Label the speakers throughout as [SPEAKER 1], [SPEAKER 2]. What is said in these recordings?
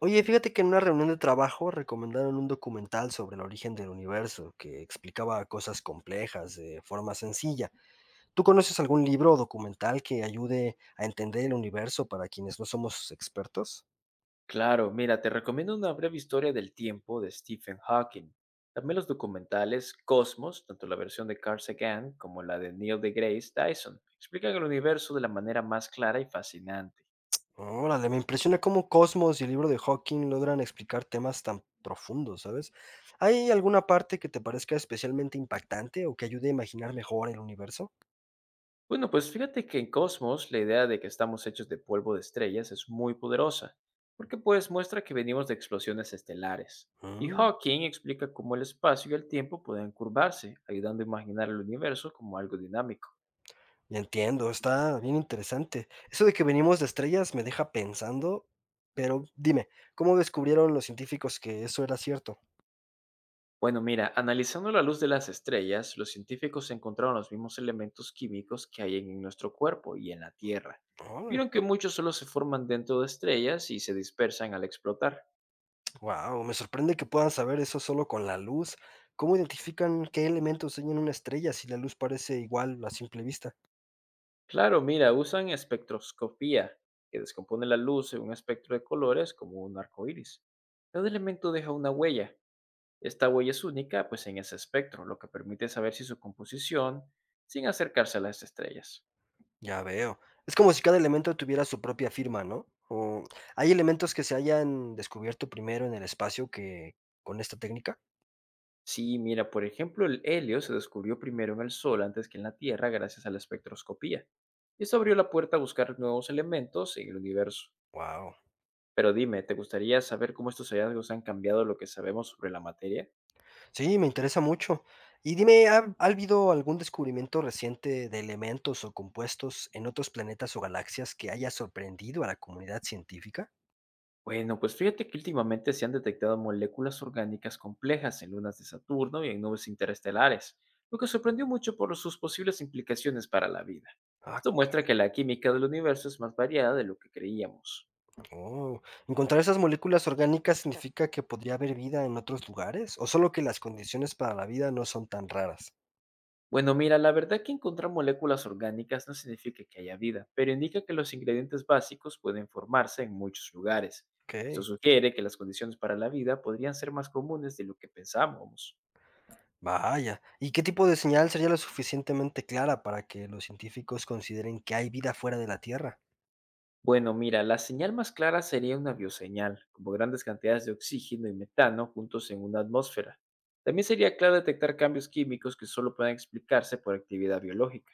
[SPEAKER 1] Oye, fíjate que en una reunión de trabajo recomendaron un documental sobre el origen del universo que explicaba cosas complejas de forma sencilla. ¿Tú conoces algún libro o documental que ayude a entender el universo para quienes no somos expertos?
[SPEAKER 2] Claro, mira, te recomiendo una breve historia del tiempo de Stephen Hawking. También los documentales Cosmos, tanto la versión de Carl Sagan como la de Neil deGrasse Tyson, explican el universo de la manera más clara y fascinante.
[SPEAKER 1] Órale, me impresiona cómo Cosmos y el libro de Hawking logran explicar temas tan profundos, ¿sabes? ¿Hay alguna parte que te parezca especialmente impactante o que ayude a imaginar mejor el universo?
[SPEAKER 2] Bueno, pues fíjate que en Cosmos la idea de que estamos hechos de polvo de estrellas es muy poderosa, porque pues muestra que venimos de explosiones estelares. Y
[SPEAKER 1] Mm.
[SPEAKER 2] Hawking explica cómo el espacio y el tiempo pueden curvarse, ayudando a imaginar el universo como algo dinámico.
[SPEAKER 1] Entiendo, está bien interesante. Eso de que venimos de estrellas me deja pensando, pero dime, ¿cómo descubrieron los científicos que eso era cierto?
[SPEAKER 2] Bueno, mira, analizando la luz de las estrellas, los científicos encontraron los mismos elementos químicos que hay en nuestro cuerpo y en la Tierra. Vieron que muchos solo se forman dentro de estrellas y se dispersan al explotar.
[SPEAKER 1] Wow, me sorprende que puedan saber eso solo con la luz. ¿Cómo identifican qué elementos hay en una estrella si la luz parece igual a simple vista?
[SPEAKER 2] Claro, mira, usan espectroscopía, que descompone la luz en un espectro de colores como un arco iris. Cada elemento deja una huella. Esta huella es única, pues en ese espectro, lo que permite saber si su composición, sin acercarse a las estrellas.
[SPEAKER 1] Ya veo. Es como si cada elemento tuviera su propia firma, ¿no? O ¿hay elementos que se hayan descubierto primero en el espacio que con esta técnica?
[SPEAKER 2] Sí, mira, por ejemplo, el helio se descubrió primero en el Sol antes que en la Tierra gracias a la espectroscopía. Y esto abrió la puerta a buscar nuevos elementos en el universo.
[SPEAKER 1] Wow.
[SPEAKER 2] Pero dime, ¿te gustaría saber cómo estos hallazgos han cambiado lo que sabemos sobre la materia?
[SPEAKER 1] Sí, me interesa mucho. Y dime, ¿ha habido algún descubrimiento reciente de elementos o compuestos en otros planetas o galaxias que haya sorprendido a la comunidad científica?
[SPEAKER 2] Bueno, pues fíjate que últimamente se han detectado moléculas orgánicas complejas en lunas de Saturno y en nubes interestelares, lo que sorprendió mucho por sus posibles implicaciones para la vida.
[SPEAKER 1] Ah,
[SPEAKER 2] Esto muestra que la química del universo es más variada de lo que creíamos.
[SPEAKER 1] oh. ¿Encontrar esas moléculas orgánicas significa que podría haber vida en otros lugares? ¿O solo que las condiciones para la vida no son tan raras?
[SPEAKER 2] Bueno, mira, la verdad que encontrar moléculas orgánicas no significa que haya vida, pero indica que los ingredientes básicos pueden formarse en muchos lugares.
[SPEAKER 1] Ok,
[SPEAKER 2] Esto sugiere que las condiciones para la vida podrían ser más comunes de lo que pensábamos.
[SPEAKER 1] vaya. ¿Y qué tipo de señal sería lo suficientemente clara para que los científicos consideren que hay vida fuera de la Tierra?
[SPEAKER 2] Bueno, mira, la señal más clara sería una bioseñal, como grandes cantidades de oxígeno y metano juntos en una atmósfera. También sería claro detectar cambios químicos que solo pueden explicarse por actividad biológica.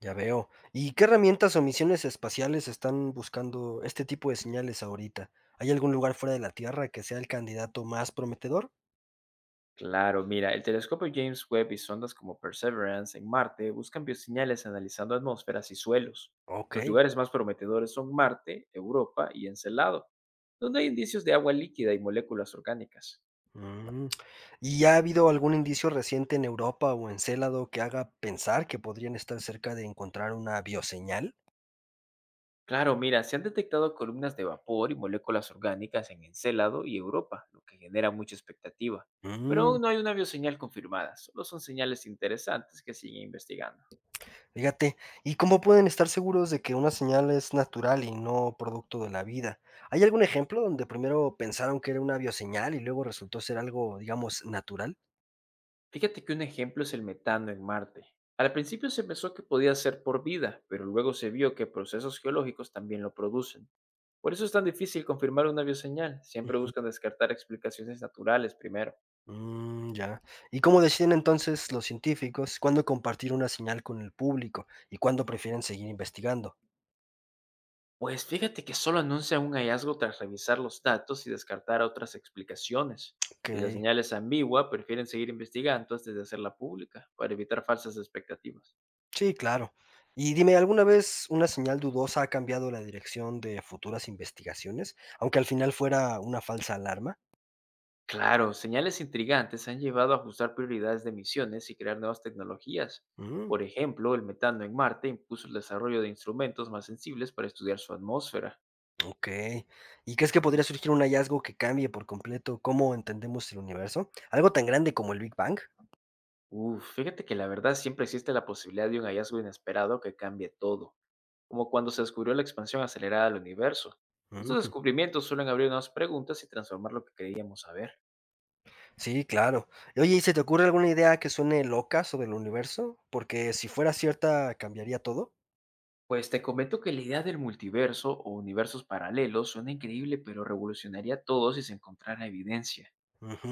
[SPEAKER 1] Ya veo. ¿Y qué herramientas o misiones espaciales están buscando este tipo de señales ahorita? ¿Hay algún lugar fuera de la Tierra que sea el candidato más prometedor?
[SPEAKER 2] Claro, mira, el telescopio James Webb y sondas como Perseverance en Marte buscan bioseñales analizando atmósferas y suelos.
[SPEAKER 1] Ok.
[SPEAKER 2] Los lugares más prometedores son Marte, Europa y Encelado, donde hay indicios de agua líquida y moléculas orgánicas.
[SPEAKER 1] Mm. ¿Y ha habido algún indicio reciente en Europa o en Célado que haga pensar que podrían estar cerca de encontrar una bioseñal?
[SPEAKER 2] Claro, mira, se han detectado columnas de vapor y moléculas orgánicas en Encelado y Europa, lo que genera mucha expectativa. Pero
[SPEAKER 1] Mm.
[SPEAKER 2] aún no hay una bioseñal confirmada, solo son señales interesantes que siguen investigando.
[SPEAKER 1] Fíjate, ¿y cómo pueden estar seguros de que una señal es natural y no producto de la vida? ¿Hay algún ejemplo donde primero pensaron que era una bioseñal y luego resultó ser algo, digamos, natural?
[SPEAKER 2] Fíjate que un ejemplo es el metano en Marte. Al principio se pensó que podía ser por vida, pero luego se vio que procesos geológicos también lo producen. Por eso es tan difícil confirmar una bioseñal. Siempre buscan descartar explicaciones naturales primero.
[SPEAKER 1] Mm, ya. ¿Y cómo deciden entonces los científicos cuándo compartir una señal con el público y cuándo prefieren seguir investigando?
[SPEAKER 2] Pues fíjate que solo anuncian un hallazgo tras revisar los datos y descartar otras explicaciones.
[SPEAKER 1] Ok,
[SPEAKER 2] Y la señal es ambigua, prefieren seguir investigando antes de hacerla pública, para evitar falsas expectativas.
[SPEAKER 1] sí, claro. Y dime, ¿alguna vez una señal dudosa ha cambiado la dirección de futuras investigaciones, aunque al final fuera una falsa alarma?
[SPEAKER 2] Claro, señales intrigantes han llevado a ajustar prioridades de misiones y crear nuevas tecnologías.
[SPEAKER 1] Mm,
[SPEAKER 2] Por ejemplo, el metano en Marte impuso el desarrollo de instrumentos más sensibles para estudiar su atmósfera.
[SPEAKER 1] ok. ¿Y crees que podría surgir un hallazgo que cambie por completo cómo entendemos el universo? ¿Algo tan grande como el Big Bang?
[SPEAKER 2] Uf, fíjate que la verdad siempre existe la posibilidad de un hallazgo inesperado que cambie todo, como cuando se descubrió la expansión acelerada del universo. Estos
[SPEAKER 1] Mm.
[SPEAKER 2] descubrimientos suelen abrir nuevas preguntas y transformar lo que creíamos saber.
[SPEAKER 1] Sí, claro. Oye, ¿y se te ocurre alguna idea que suene loca sobre el universo? Porque si fuera cierta, ¿cambiaría todo?
[SPEAKER 2] Pues te comento que la idea del multiverso o universos paralelos suena increíble, pero revolucionaría todo si se encontrara evidencia.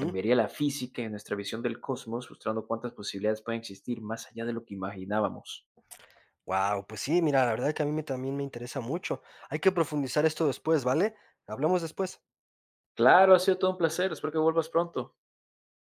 [SPEAKER 2] Cambiaría la física y nuestra visión del cosmos, mostrando cuántas posibilidades pueden existir más allá de lo que imaginábamos.
[SPEAKER 1] Wow, pues sí, mira, la verdad que a mí me- también me interesa mucho. Hay que profundizar esto después, ¿vale? Hablamos después.
[SPEAKER 2] Claro, ha sido todo un placer. Espero que vuelvas pronto.